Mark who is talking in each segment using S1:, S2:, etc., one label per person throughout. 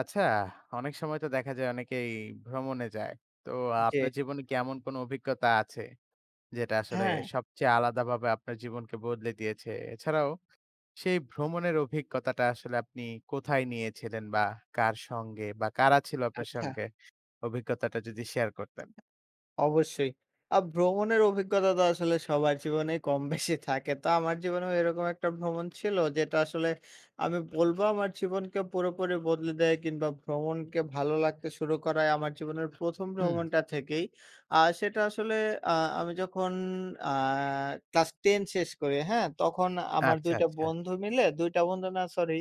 S1: আচ্ছা, অনেক সময় তো দেখা যায় অনেকেই ভ্রমণে যায়। তো
S2: যে
S1: আপনার জীবনে কি এমন কোনো অভিজ্ঞতা আছে? যেটা আসলে
S2: হ্যাঁ,
S1: সবচেয়ে আলাদাভাবে আপনার জীবনকে বদলে দিয়েছে? এছাড়াও সেই ভ্রমণের অভিজ্ঞতাটা আসলে আপনি কোথায় নিয়েছিলেন? বা কার সঙ্গে বা কারা ছিল আপনার
S2: আচ্ছা
S1: সঙ্গে? অভিজ্ঞতাটা যদি শেয়ার করতেন।
S2: অবশ্যই। ভ্রমণের অভিজ্ঞতা তো আসলে সবার জীবনেই কম বেশি থাকে। তো আমার জীবনেও এরকম একটা ভ্রমণ ছিল যেটা আসলে আমি বলব আমার জীবনকে পুরোপুরি বদলে দেয় কিংবা ভ্রমণকে ভালো লাগতে শুরু করায় আমার জীবনের ১ম
S1: হুম,
S2: ভ্রমণটা থেকেই। সেটা আসলে আ আমি যখন আ ক্লাস 10 শেষ করি, হ্যাঁ? তখন আমার
S1: আচ্ছা,
S2: ২ টা
S1: আচ্ছা।
S2: বন্ধু মিলে ২ টা বন্ধু না সরি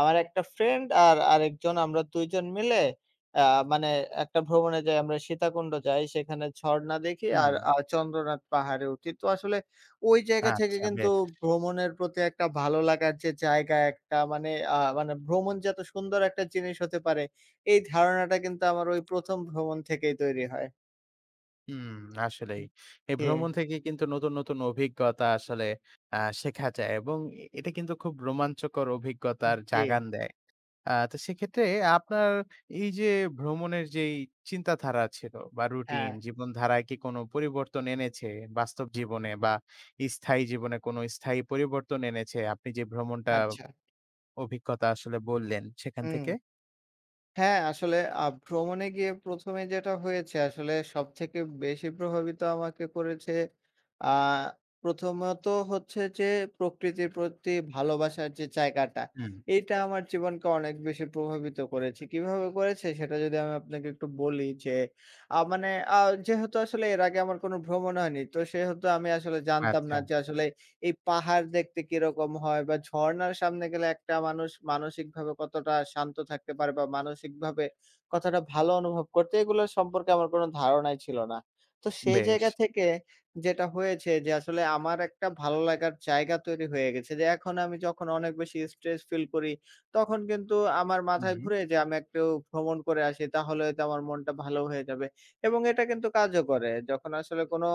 S2: আমার একটা ফ্রেন্ড আর আরেকজন আমরা ২ জন মিলে আ মানে একটা ভ্রমণে যাই আমরা সীতাকুণ্ড যাই, সেখানে ঝরণা দেখি
S1: হুম,
S2: আর চন্দ্রনাথ পাহাড়ে উঠি। তো আসলে ওই জায়গা থেকে
S1: আচ্ছা,
S2: কিন্তু
S1: বেশ।
S2: ভ্রমণের প্রতি একটা ভালো লাগার যে জায়গা একটা মানে ভ্রমণ যে এত সুন্দর একটা জিনিস হতে পারে, এই ধারণাটা কিন্তু আমার ওই ১ম ভ্রমণ থেকেই তৈরি হয়।
S1: হুম, আসলেই।
S2: হুম।
S1: এই
S2: জি,
S1: ভ্রমণ থেকে কিন্তু নতুন, নতুন অভিজ্ঞতা আসলে শেখা যায় এবং এটা কিন্তু খুব রোমাঞ্চকর অভিজ্ঞতার
S2: জি,
S1: জাগান দেয়। তো সেক্ষেত্রে আপনার এই যে ভ্রমণের যেই চিন্তাধারা ছিল বা রুটিন,
S2: হ্যাঁ,
S1: জীবনধারায় কি কোনো পরিবর্তন এনেছে বাস্তব জীবনে বা স্থায়ী জীবনে কোনো স্থায়ী পরিবর্তন এনেছে আপনি যে ভ্রমণটা
S2: আচ্ছা।
S1: অভিজ্ঞতা আসলে বললেন সেখান
S2: হুম।
S1: থেকে?
S2: হ্যাঁ, আসলে ভ্রমণে গিয়ে ১ম এ যেটা হয়েছে আসলে সবথেকে বেশি প্রভাবিত আমাকে করেছে আ প্রথমত হচ্ছে যে প্রকৃতির প্রতি ভালোবাসার যে জায়গাটা,
S1: হুম,
S2: এইটা আমার জীবনকে অনেক বেশি প্রভাবিত করেছে। কিভাবে করেছে সেটা যদি আমি আপনাকে একটু বলি যে আ মানে আ যেহেতু আসলে এর আগে আমার কোনো ভ্রমণ হয়নি। তো সেহেতু আমি আসলে জানতাম
S1: আচ্ছা,
S2: না যে আসলে এই পাহাড় দেখতে কিরকম হয়? বা ঝর্ণার সামনে গেলে একটা মানুষ মানসিকভাবে কতটা শান্ত থাকতে পারে বা মানসিকভাবে কতটা ভালো অনুভব করতে, এগুলো সম্পর্কে আমার কোনো ধারণাই ছিল না। তো সেই
S1: বেশ।
S2: জায়গা থেকে যেটা হয়েছে যে আসলে আমার একটা ভালো লাগার জায়গা তৈরি হয়ে গেছে যে এখন আমি যখন অনেক বেশি স্ট্রেস ফিল করি, তখন কিন্তু আমার মাথায়
S1: হুম।
S2: ঘুরে যে আমি একটু ভ্রমণ করে আসি তাহলে হয়তো আমার মনটা ভালো হয়ে যাবে। এবং এটা কিন্তু কাজও করে। যখন আসলে কোনো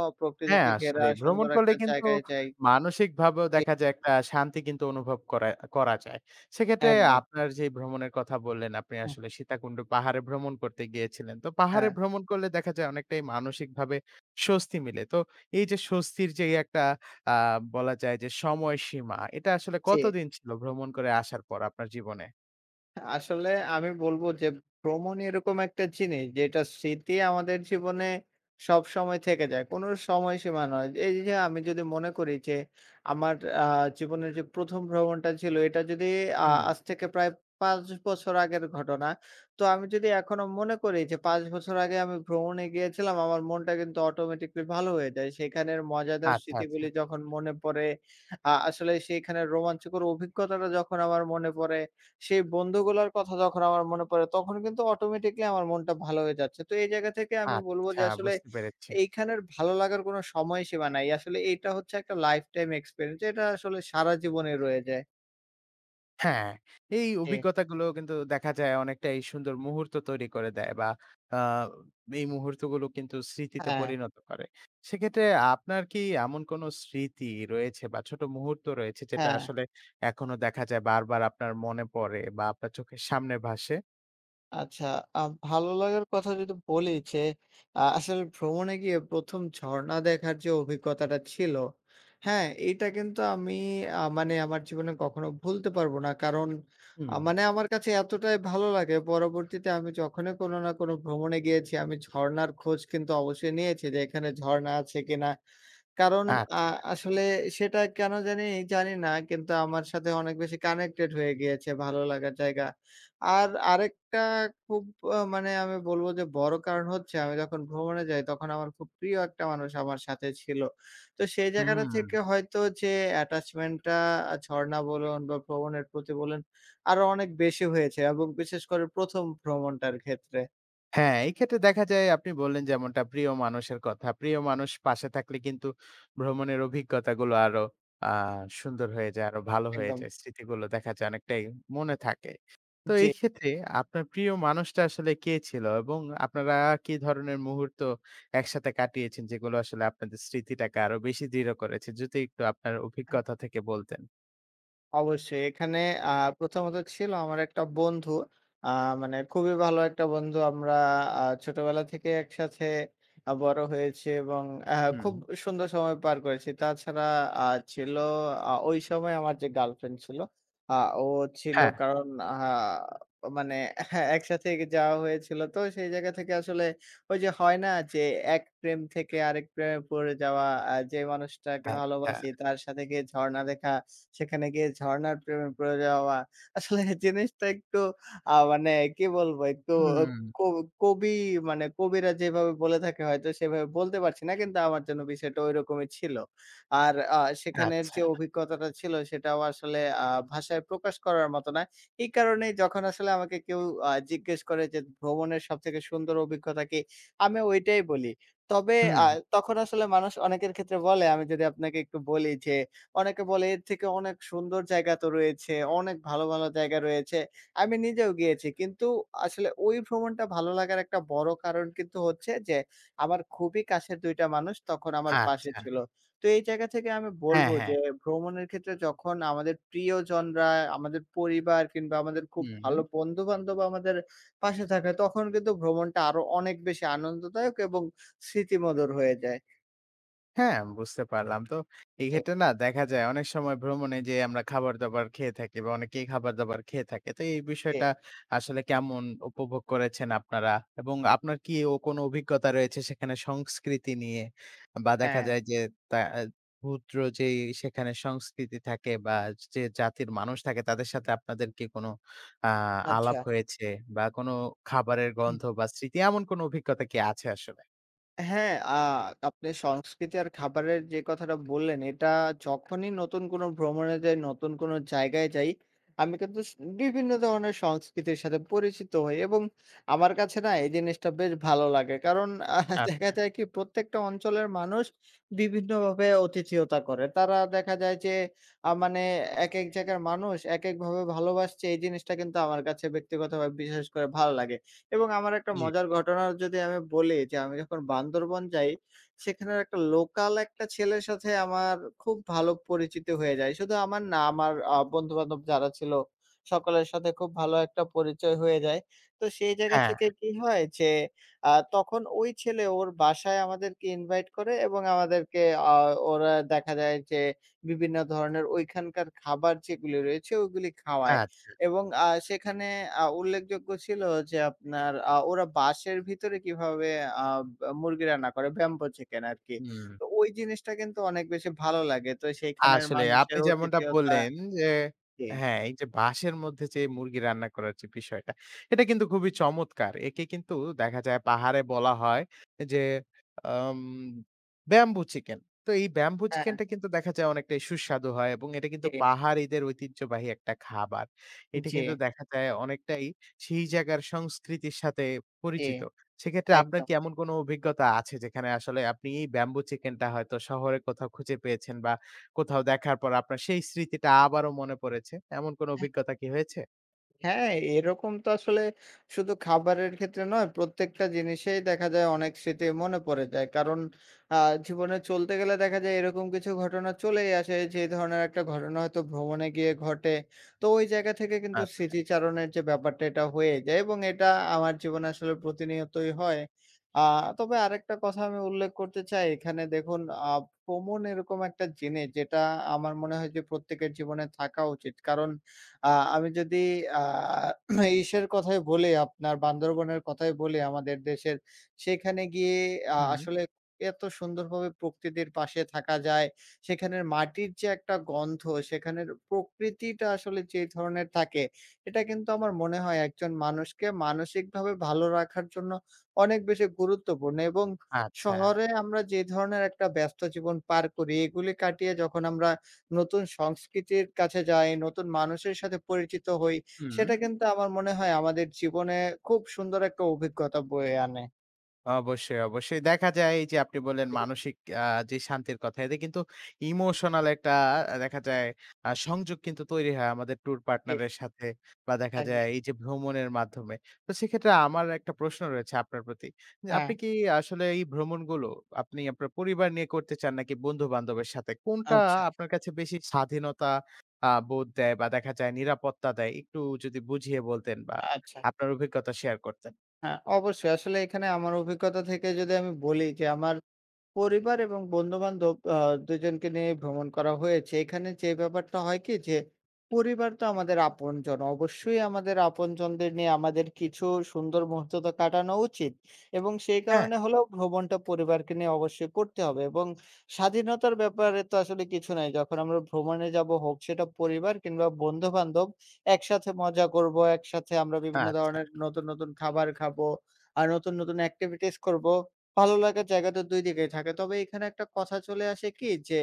S1: হ্যাঁ,
S2: প্রকৃতিতে ঘেরা
S1: আসলে ভ্রমণ
S2: সুন্দর
S1: করলে
S2: একটা
S1: কিন্তু
S2: জায়গায় যাই
S1: মানসিকভাবেও দেখা যায় একটা শান্তি কিন্তু অনুভব করা করা যায়। সেক্ষেত্রে
S2: একদম।
S1: আপনার যে ভ্রমণের কথা বললেন, আপনি
S2: হুম,
S1: আসলে সীতাকুণ্ড পাহাড়ে ভ্রমণ করতে গিয়েছিলেন। তো পাহাড়ে
S2: হ্যাঁ,
S1: ভ্রমণ করলে দেখা যায় অনেকটাই মানসিকভাবে স্বস্তি মিলে। তো এই যে স্বস্তির যে একটা আ বলা যায় যে সময়সীমা, এটা আসলে
S2: জি।
S1: কতদিন ছিল ভ্রমণ করে আসার পর আপনার জীবনে?
S2: আসলে আমি বলবো যে ভ্রমণ এরকম একটা জিনিস যেটা স্মৃতি আমাদের জীবনে সব সময় থেকে যায়। কোনো সময়সীমা নয়। এই যে আমি যদি মনে করি যে আমার আ জীবনের যে ১ম ভ্রমণটা ছিল এটা যদি
S1: হুম।
S2: আজ থেকে প্রায় ৫ বছর আগের ঘটনা। তো আমি যদি এখনো মনে করি যে ৫ বছর আগে আমি ভ্রমণে গিয়েছিলাম আমার মনটা কিন্তু অটোমেটিক্যালি ভালো হয়ে যায়। সেখানের মজাদার
S1: আচ্ছা, আচ্ছা।
S2: স্মৃতিগুলি যখন মনে পড়ে আসলে সেইখানের রোমাঞ্চকর অভিজ্ঞতাটা যখন আমার মনে পড়ে সেই বন্ধুগুলার কথা যখন আমার মনে পড়ে, তখন কিন্তু অটোমেটিকলি আমার মনটা ভালো হয়ে যাচ্ছে। তো এই জায়গা থেকে আমি বলব
S1: আচ্ছা,
S2: যে আসলে
S1: বুঝতে পেরেছি।
S2: এইখানের ভালো লাগার কোনো সময়সীমা নাই। আসলে এইটা হচ্ছে একটা লাইফ টাইম এক্সপেরিয়েন্স। এটা আসলে সারা জীবনে রয়ে যায়।
S1: হ্যাঁ, এই
S2: জি।
S1: অভিজ্ঞতাগুলো কিন্তু দেখা যায় অনেকটাই সুন্দর মুহূর্ত তৈরি করে দেয় বা আ এই মুহূর্তগুলো কিন্তু স্মৃতিতে
S2: হ্যাঁ,
S1: পরিণত করে। সেক্ষেত্রে আপনার কি এমন কোনো স্মৃতি রয়েছে বা ছোট মুহূর্ত রয়েছে যেটা
S2: হ্যাঁ।
S1: আসলে এখনো দেখা যায় বারবার আপনার মনে পড়ে বা আপনার চোখের সামনে ভাসে?
S2: আচ্ছা, আ ভালো লাগার কথা যদি বলি যে, আসলে ভ্রমণে গিয়ে ১ম ঝরণা দেখার যে অভিজ্ঞতাটা ছিল, হ্যাঁ? এইটা কিন্তু আমি আ মানে আমার জীবনে কখনো ভুলতে পারবো না। কারণ আ
S1: হুম।
S2: মানে আমার কাছে এতটাই ভালো লাগে, পরবর্তীতে আমি যখনই কোনো না কোনো ভ্রমণে গিয়েছি, আমি ঝরণার খোঁজ কিন্তু অবশ্যই নিয়েছি যে, এখানে ঝরণা আছে কিনা? কারণ আ
S1: আচ্ছা,
S2: আসলে সেটা কেন জানি জানি না। কিন্তু আমার সাথে অনেক বেশি কানেক্টেড হয়ে গিয়েছে ভালো লাগার জায়গা। আর আরেকটা খুব আ মানে আমি বলব যে বড় কারণ হচ্ছে আমি যখন ভ্রমণে যাই তখন আমার খুব প্রিয় একটা মানুষ আমার সাথে ছিল। তো সেই জায়গাটা
S1: হুম।
S2: থেকে হয়তো যে attachment টা ঝর্ণা বলুন বা ভ্রমণের প্রতি বলুন আরো অনেক বেশি হয়েছে এবং বিশেষ করে ১ম ভ্রমণটার ক্ষেত্রে
S1: হ্যাঁ, এই ক্ষেত্রে দেখা যায় আপনি বললেন যেমনটা প্রিয় মানুষের কথা। প্রিয় মানুষ পাশে থাকলে কিন্তু ভ্রমণের অভিজ্ঞতাগুলো আরো আ সুন্দর হয়ে যায়, আরো ভালো হয়ে
S2: একদম।
S1: যায়। স্মৃতিগুলো দেখা যায় অনেকটাই মনে থাকে। তো
S2: জি।
S1: এই ক্ষেত্রে আপনার প্রিয় মানুষটা আসলে কে ছিল? এবং আপনারা কি ধরনের মুহূর্ত একসাথে কাটিয়েছেন যেগুলো আসলে আপনাদের স্মৃতিটাকে আরো বেশি দৃঢ় করেছে? যদি একটু আপনার অভিজ্ঞতা থেকে বলতেন।
S2: অবশ্যই। এখানে আ প্রথমত ছিল আমার একটা বন্ধু। আ মানে খুবই ভালো একটা বন্ধু। আমরা ছোটবেলা থেকে একসাথে বড় হয়েছি এবং আ
S1: হুম।
S2: খুব সুন্দর সময় পার করেছি। তাছাড়া আ ছিল ওই সময় আমার যে গার্লফ্রেন্ড ছিল, আ ও ছিল
S1: হ্যাঁ,
S2: কারণ আ মানে হ্যাঁ, একসাথে যাওয়া হয়েছিল। তো সেই জায়গা থেকে আসলে ওই যে হয় না যে এক প্রেম থেকে আরেক প্রেমে পড়ে যাওয়া, যে মানুষটাকে
S1: আচ্ছা।
S2: ভালোবাসি তার সাথে গিয়ে ঝরণা দেখা সেখানে গিয়ে ঝর্ণার প্রেমে পড়ে যাওয়া। আসলে জিনিসটা একটু আ মানে কি বলবো? একটু
S1: হুম,
S2: ক কবি মানে কবিরা যেভাবে বলে থাকে হয়তো সেভাবে বলতে পারছি না। কিন্তু আমার জন্য বিষয়টা ঐরকমই ছিল। আর সেখানের
S1: আচ্ছা।
S2: যে অভিজ্ঞতাটা ছিল সেটাও আসলে ভাষায় প্রকাশ করার মতো না। এই কারণেই যখন আসলে আমাকে কেউ জিজ্ঞেস করে যে ভ্রমণের সবথেকে সুন্দর অভিজ্ঞতা কি? আমি ওইটাই বলি। তবে
S1: হুম,
S2: আ তখন আসলে মানুষ অনেকের ক্ষেত্রে বলে আমি যদি আপনাকে একটু বলি যে অনেকে বলে এর থেকে অনেক সুন্দর জায়গা তো রয়েছে, অনেক ভালো, ভালো জায়গা রয়েছে। আমি নিজেও গিয়েছি। কিন্তু আসলে ওই ভ্রমণটা ভালো লাগার একটা বড় কারণ কিন্তু হচ্ছে যে, আমার খুবই কাছের ২ টা মানুষ তখন আমার পাশে
S1: আচ্ছা।
S2: ছিল। তো এই জায়গা থেকে আমি বলব
S1: হ্যাঁ, হ্যাঁ।
S2: যে, ভ্রমণের ক্ষেত্রে যখন আমাদের প্রিয়জনরা, আমাদের পরিবার কিংবা আমাদের খুব
S1: হুম।
S2: ভালো বন্ধু-বান্ধব আমাদের পাশে থাকে, তখন কিন্তু ভ্রমণটা আরো অনেক বেশি আনন্দদায়ক এবং স্মৃতিমধুর হয়ে যায়।
S1: হ্যাঁ, বুঝতে পারলাম। তো
S2: জি,
S1: এক্ষেত্রে না দেখা যায় অনেক সময় ভ্রমণে যে আমরা খাবার-দাবার খেয়ে থাকি বা অনেকেই খাবার-দাবার খেয়ে থাকে। তো এই
S2: জি।
S1: বিষয়টা আসলে কেমন উপভোগ করেছেন আপনারা? এবং আপনার কি ও কোনো অভিজ্ঞতা রয়েছে সেখানে সংস্কৃতি নিয়ে? বা দেখা
S2: হ্যাঁ,
S1: যায় যে তা আ ভূত্র যেই সেখানে সংস্কৃতি থাকে বা যে জাতির মানুষ থাকে তাদের সাথে আপনাদের কি কোনো আ আলাপ
S2: আচ্ছা।
S1: হয়েছে? বা কোনো খাবারের গন্ধ বা স্মৃতি এমন কোনো অভিজ্ঞতা কি আছে আসলে?
S2: হ্যাঁ, আপনি সংস্কৃতি আর খাবারের যে কথাটা বললেন, এটা যখনই নতুন কোনো ভ্রমণে যাই, নতুন কোনো জায়গায় যাই, আমি কিন্তু বিভিন্ন ধরনের সংস্কৃতির সাথে পরিচিত হই এবং আমার কাছে না এই জিনিসটা বেশ ভালো লাগে। কারণ দেখা
S1: আচ্ছা।
S2: যায় কি প্রত্যেকটা অঞ্চলের মানুষ বিভিন্নভাবে অতিথিয়তা করে। তারা দেখা যায় যে আ মানে একেক জায়গার মানুষ একেকভাবে ভালোবাসছে, এই জিনিসটা কিন্তু আমার কাছে ব্যক্তিগতভাবে বিশেষ করে ভালো লাগে। এবং আমার একটা
S1: জি।
S2: মজার ঘটনা যদি আমি বলি যে, আমি যখন বান্দরবন যাই, সেখানের একটা লোকাল একটা ছেলের সাথে আমার খুব ভালো পরিচিতি হয়ে যায়। শুধু আমার না, আমার বন্ধু-বান্ধব যারা ছিল, সকলের সাথে খুব ভালো একটা পরিচয় হয়ে যায়। তো সেই জায়গা
S1: হ্যাঁ,
S2: থেকে কি হয় যে, তখন ওই ছেলে ওর বাসায় আমাদেরকে ইনভাইট করে এবং আমাদেরকে আ ওরা দেখা যায় যে, বিভিন্ন ধরনের ওইখানকার খাবার যেগুলি রয়েছে, ওগুলি খাওয়ায়।
S1: আচ্ছা।
S2: এবং সেখানে উল্লেখযোগ্য ছিল যে আপনার ওরা বাঁশের ভিতরে কিভাবে আ বা মুরগি রান্না করে, ব্যাম্বো চিকেন আরকি।
S1: হুম।
S2: তো ওই জিনিসটা কিন্তু অনেক বেশি ভালো লাগে। তো সেইখানের
S1: আসলে আপনি
S2: মানুষের
S1: যেমনটা
S2: অতিথেয়তা
S1: বললেন যে
S2: জি,
S1: হ্যাঁ, এই যে বাঁশের মধ্যে যে মুরগি রান্না করার যে বিষয়টা, এটা কিন্তু খুবই চমৎকার। একে কিন্তু দেখা যায় পাহাড়ে বলা হয় যে আম ব্যাম্বু চিকেন। তো এই ব্যাম্বু
S2: হ্যাঁ,
S1: চিকেনটা কিন্তু দেখা যায় অনেকটাই সুস্বাদু হয় এবং এটা
S2: জি,
S1: কিন্তু পাহাড়িদের ঐতিহ্যবাহী একটা খাবার। এটা
S2: জি,
S1: কিন্তু দেখা যায় অনেকটাই সেই জায়গার সংস্কৃতির সাথে
S2: জি,
S1: পরিচিত। সেক্ষেত্রে আপনার
S2: একদম।
S1: কি এমন কোনো অভিজ্ঞতা আছে যেখানে আসলে আপনি এই ব্যাম্বু চিকেনটা হয়তো শহরে কোথাও খুঁজে পেয়েছেন বা কোথাও দেখার পর আপনার সেই স্মৃতিটা আবারও মনে পড়েছে। এমন কোনো অভিজ্ঞতা কি হয়েছে?
S2: হ্যাঁ, এরকম তো আসলে শুধু খাবারের ক্ষেত্রে নয়, প্রত্যেকটা জিনিসেই দেখা যায় অনেক স্মৃতি মনে পড়ে যায়। কারণ আ জীবনে চলতে গেলে দেখা যায় এরকম কিছু ঘটনা চলেই আসে, যে ধরনের একটা ঘটনা হয়তো ভ্রমণে গিয়ে ঘটে। তো ওই জায়গা থেকে কিন্তু
S1: আচ্ছা।
S2: স্মৃতিচারণের যে ব্যাপারটা এটা হয়ে যায় এবং এটা আমার জীবনে আসলে প্রতিনিয়তই হয়। আ তবে আরেকটা কথা আমি উল্লেখ করতে চাই, এখানে দেখুন আ ভ্রমণ এরকম একটা জিনিস যেটা আমার মনে হয় যে প্রত্যেকের জীবনে থাকা উচিত। কারণ আ আমি যদি আ ইসের কথাই বলি আপনার বান্দরবনের কথাই বলি আমাদের দেশের, সেখানে গিয়ে
S1: হুম।
S2: আসলে এত সুন্দরভাবে প্রকৃতির পাশে থাকা যায়। সেখানের মাটির যে একটা গন্ধ, সেখানের প্রকৃতিটা আসলে যে ধরনের থাকে, এটা কিন্তু আমার মনে হয় একজন মানুষকে মানসিকভাবে ভালো রাখার জন্য অনেক বেশি গুরুত্বপূর্ণ এবং
S1: আচ্ছা।
S2: শহরে আমরা যে ধরনের একটা ব্যস্ত জীবন পার করি, এগুলি কাটিয়ে যখন আমরা নতুন সংস্কৃতির কাছে যাই, নতুন মানুষের সাথে পরিচিত হই,
S1: হুম।
S2: সেটা কিন্তু আমার মনে হয় আমাদের জীবনে খুব সুন্দর একটা অভিজ্ঞতা বয়ে আনে।
S1: অবশ্যই, অবশ্যই। দেখা যায় এই যে আপনি বললেন মানসিক আ যে শান্তির কথা এতে কিন্তু ইমোশনাল একটা দেখা যায় সংযোগ কিন্তু তৈরি হয় আমাদের ট্যুর
S2: জি,
S1: পার্টনার এর সাথে বা দেখা
S2: একদম।
S1: যায় এই যে ভ্রমণের মাধ্যমে। তো সেক্ষেত্রে আমার একটা প্রশ্ন রয়েছে আপনার প্রতি। যে
S2: হ্যাঁ,
S1: আপনি কি আসলে এই ভ্রমণগুলো আপনি আপনার পরিবার নিয়ে করতে চান নাকি বন্ধু-বান্ধবের সাথে? কোনটা
S2: আচ্ছা,
S1: আপনার কাছে বেশি স্বাধীনতা বোধ দেয় বা দেখা যায় নিরাপত্তা দেয়? একটু যদি বুঝিয়ে বলতেন বা
S2: আচ্ছা।
S1: আপনার অভিজ্ঞতা শেয়ার করতেন।
S2: হ্যাঁ, অবশ্যই। আসলে এখানে আমার অভিজ্ঞতা থেকে যদি আমি বলি যে আমার পরিবার এবং বন্ধু-বান্ধব ২ জনকে নিয়ে ভ্রমণ করা হয়েছে। এখানে যে ব্যাপারটা হয় কি যে, পরিবার তো আমাদের আপনজন। অবশ্যই আমাদের আপনজনদের নিয়ে আমাদের কিছু সুন্দর মুহূর্ত তো কাটানো উচিত। এবং সেই
S1: হ্যাঁ।
S2: কারণে হলেও ভ্রমণটা পরিবারকে নিয়ে অবশ্যই করতে হবে। এবং স্বাধীনতার ব্যাপারে তো আসলে কিছু নাই। যখন আমরা ভ্রমণে যাব হোক সেটা পরিবার কিংবা বন্ধু-বান্ধব, একসাথে মজা করব, একসাথে আমরা বিভিন্ন
S1: আচ্ছা,
S2: ধরনের নতুন, নতুন খাবার খাবো। আর নতুন, নতুন activities করব। ভালো লাগার জায়গা তো ২ দিকেই থাকে। তবে এখানে একটা কথা চলে আসে কি যে,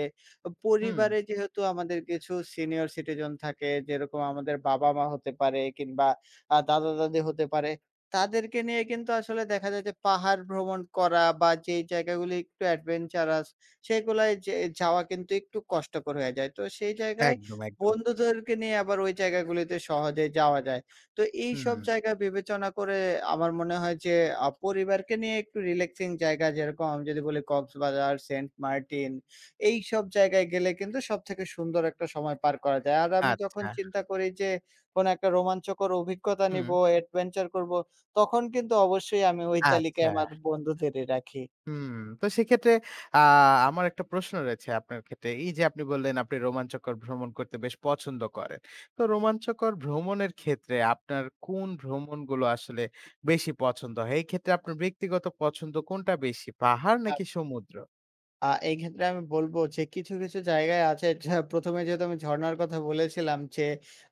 S1: হুম।
S2: পরিবারে যেহেতু আমাদের কিছু সিনিয়র সিটিজেন থাকে, যেরকম আমাদের বাবা-মা হতে পারে কিংবা দাদা-দাদি হতে পারে। তাদেরকে নিয়ে কিন্তু আসলে দেখা যায় যে পাহাড় ভ্রমণ করা বা যেই জায়গাগুলি একটু অ্যাডভেঞ্চারাস সেগুলায় যে যাওয়া কিন্তু একটু কষ্টকর হয়ে যায়। তো সেই জায়গায়
S1: একদম, একদম।
S2: বন্ধুদেরকে নিয়ে আবার ওই জায়গাগুলিতে সহজে যাওয়া যায়। তো এইসব
S1: হুম,
S2: জায়গা বিবেচনা করে আমার মনে হয় যে পরিবারকে নিয়ে একটু রিল্যাক্সিং জায়গা যেরকম আমি যদি বলি কক্সবাজার, সেন্ট মার্টিন এইসব জায়গায় গেলে কিন্তু সবথেকে সুন্দর একটা সময় পার করা যায়। আর আমি যখন
S1: আচ্ছা,
S2: চিন্তা করি যে কোনো একটা রোমাঞ্চকর অভিজ্ঞতা
S1: হুম,
S2: নিবো, অ্যাডভেঞ্চার করব তখন কিন্তু অবশ্যই আমি ওই
S1: আচ্ছা,
S2: তালিকায় আমার বন্ধুদেরই রাখি।
S1: হুম। তো সেক্ষেত্রে আ আমার একটা প্রশ্ন রয়েছে আপনার ক্ষেত্রে। এই যে আপনি বললেন আপনি রোমাঞ্চকর ভ্রমণ করতে বেশ পছন্দ করেন। তো রোমাঞ্চকর ভ্রমণের ক্ষেত্রে আপনার কোন ভ্রমণগুলো আসলে বেশি পছন্দ হয়? এই ক্ষেত্রে আপনার ব্যক্তিগত পছন্দ কোনটা বেশি? পাহাড় নাকি
S2: আচ্ছা।
S1: সমুদ্র?
S2: এই ক্ষেত্রে আমি বলব যে কিছু, কিছু জায়গায় আছে যা ১ম এ যেহেতু আমি ঝরনার কথা বলেছিলাম যে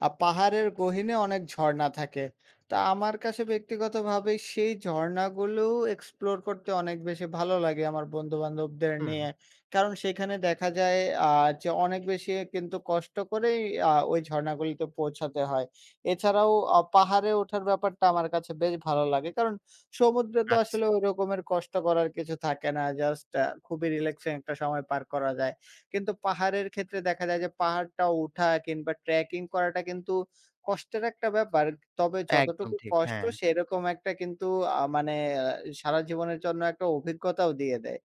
S2: পাহাড়ের গহীনে অনেক ঝরনা থাকে। তা আমার কাছে ব্যক্তিগতভাবে সেই ঝরনাগুলো এক্সপ্লোর করতে অনেক বেশি ভালো লাগে আমার বন্ধু-বান্ধবদের
S1: হুম,
S2: নিয়ে। কারণ সেখানে দেখা যায় আ যে অনেক বেশি কিন্তু কষ্ট করেই ওই ঝরনাগুলিতে পৌঁছাতে হয়। এছাড়াও পাহাড়ে ওঠার ব্যাপারটা আমার কাছে বেশ ভালো লাগে। কারণ সমুদ্রে তো
S1: আচ্ছা,
S2: আসলে ওই রকমের কষ্ট করার কিছু থাকে না। জাস্ট খুবই রিল্যাক্সিং একটা সময় পার করা যায়। কিন্তু পাহাড়ের ক্ষেত্রে দেখা যায় যে পাহাড়টা উঠা কিংবা ট্রেকিং করাটা কিন্তু কষ্টের একটা ব্যাপার। তবে
S1: একদম
S2: যতটুকু
S1: ঠিক,
S2: কষ্ট
S1: হ্যাঁ।
S2: সেরকম একটা কিন্তু আ মানে আ সারা জীবনের জন্য একটা অভিজ্ঞতাও দিয়ে দেয়।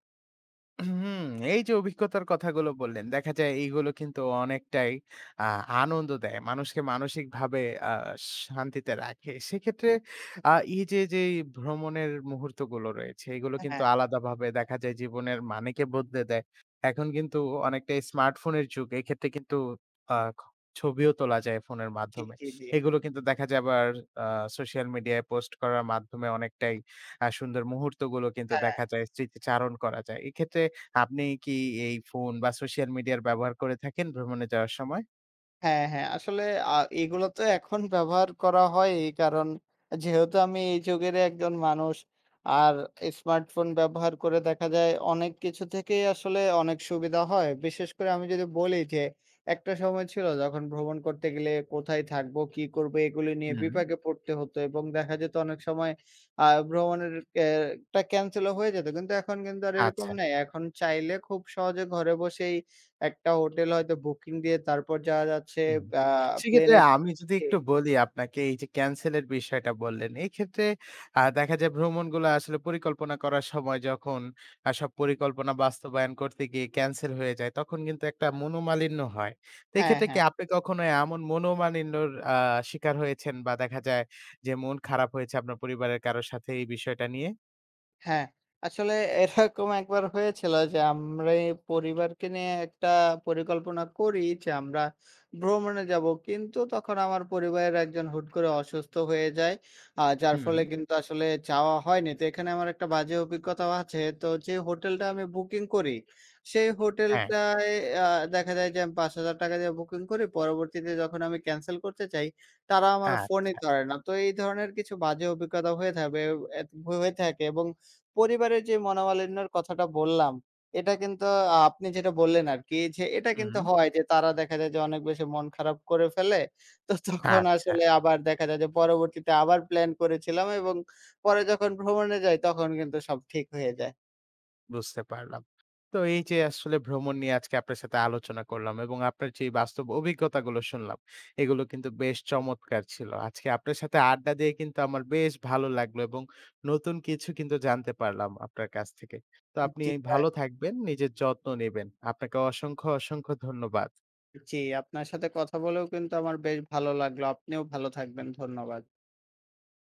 S1: হুম, এই যে অভিজ্ঞতার কথাগুলো বললেন, দেখা যায় এইগুলো কিন্তু অনেকটাই আ আনন্দ দেয়। মানুষকে মানসিকভাবে আ শান্তিতে রাখে। সেক্ষেত্রে আ এই যে, যেই ভ্রমণের মুহূর্তগুলো রয়েছে, এগুলো কিন্তু
S2: হ্যাঁ,
S1: আলাদাভাবে দেখা যায় জীবনের মানেকে বদলে দেয়। এখন কিন্তু অনেকটাই স্মার্টফোনের যুগ। এক্ষেত্রে কিন্তু আ খ ছবিও তোলা যায় ফোনের
S2: জি,
S1: মাধ্যমে।
S2: জি, জি।
S1: এগুলো কিন্তু দেখা যায় আবার আ সোশ্যাল মিডিয়ায় পোস্ট করার মাধ্যমে অনেকটাই সুন্দর মুহূর্তগুলো কিন্তু
S2: হ্যাঁ।
S1: দেখা যায় স্মৃতিচারণ করা যায়। এক্ষেত্রে আপনি কি এই ফোন বা সোশ্যাল মিডিয়ার ব্যবহার করে থাকেন ভ্রমণে যাওয়ার সময়?
S2: হ্যাঁ, হ্যাঁ। আসলে এগুলো তো এখন ব্যবহার করা হয় এই কারণ যেহেতু আমি এই যুগেরই একজন মানুষ। আর স্মার্টফোন ব্যবহার করে দেখা যায় অনেক কিছু থেকেই আসলে অনেক সুবিধা হয়। বিশেষ করে আমি যদি বলি যে একটা সময় ছিল যখন ভ্রমণ করতে গেলে কোথায় থাকবো, কি করবো এগুলো নিয়ে
S1: হুম,
S2: বিপাকে পড়তে হতো এবং দেখা যেত অনেক সময় ভ্রমণের এ টা ক্যানসেলও হয়ে যেত। কিন্তু এখন কিন্তু আর এরকম
S1: আচ্ছা।
S2: নেই। এখন চাইলে খুব সহজে ঘরে বসেই একটা হোটেল হয়তো বুকিং দিয়ে তারপর যাওয়া যাচ্ছে
S1: হুম।
S2: আ
S1: সেক্ষেত্রে
S2: প্লেনের
S1: আমি যদি
S2: জি।
S1: একটু বলি আপনাকে এই যে ক্যানসেলের বিষয়টা বললেন। এই ক্ষেত্রে দেখা যায় ভ্রমণগুলো আসলে পরিকল্পনা করার সময় যখন সব পরিকল্পনা বাস্তবায়ন করতে গিয়ে ক্যানসেল হয়ে যায় তখন কিন্তু একটা মনোমালিন্য হয়। তো
S2: হ্যাঁ,
S1: এক্ষেত্রে কি
S2: হ্যাঁ।
S1: আপনি কখনো এমন মনোমালিন্যর শিকার হয়েছেন বা দেখা যায় যে মন খারাপ হয়েছে আপনার পরিবারের কারো সাথে এই বিষয়টা নিয়ে?
S2: হ্যাঁ, আসলে এরকম একবার হয়েছিল যে আমরা এই পরিবারকে নিয়ে একটা পরিকল্পনা করি যে আমরা ভ্রমণে যাব। কিন্তু তখন আমার পরিবারের একজন হুট করে অসুস্থ হয়ে যায়। যার
S1: হুম।
S2: ফলে কিন্তু আসলে যাওয়া হয়নি। তো এখানে আমার একটা বাজে অভিজ্ঞতাও আছে। তো যে হোটেলটা আমি বুকিং করি, সেই
S1: হ্যাঁ,
S2: হোটেলটায় আ দেখা যায় যে আমি ৳৫,০০০ দিয়ে বুকিং করি। পরবর্তীতে যখন আমি ক্যানসেল করতে চাই, তারা আমার ফোনই
S1: আচ্ছা।
S2: ধরে না। তো এই ধরনের কিছু বাজে অভিজ্ঞতা হয়ে থাকবে এ হয়ে থাকে এবং পরিবারের যে মনোমালিন্যর কথাটা বললাম, এটা কিন্তু আপনি যেটা বললেন আরকি যে এটা
S1: হুম।
S2: কিন্তু হয় যে তারা দেখা যায় যে অনেক বেশি মন খারাপ করে ফেলে। তো তখন
S1: আচ্ছা,
S2: আসলে আবার দেখা যায় যে পরবর্তীতে আবার প্ল্যান করেছিলাম এবং পরে যখন ভ্রমণে যাই তখন কিন্তু সব ঠিক হয়ে যায়।
S1: বুঝতে পারলাম। তো এই যে আসলে ভ্রমণ নিয়ে আজকে আপনার সাথে আলোচনা করলাম এবং আপনার যে বাস্তব অভিজ্ঞতাগুলো শুনলাম, এগুলো কিন্তু বেশ চমৎকার ছিল। আজকে আপনার সাথে আড্ডা দিয়ে কিন্তু আমার বেশ ভালো লাগলো এবং নতুন কিছু কিন্তু জানতে পারলাম আপনার কাছ থেকে। তো আপনি
S2: জি,
S1: ভালো থাকবেন, নিজের যত্ন নিবেন। আপনাকে অসংখ্য, অসংখ্য ধন্যবাদ।
S2: জি, আপনার সাথে কথা বলেও কিন্তু আমার বেশ ভালো লাগলো। আপনিও ভালো থাকবেন। ধন্যবাদ।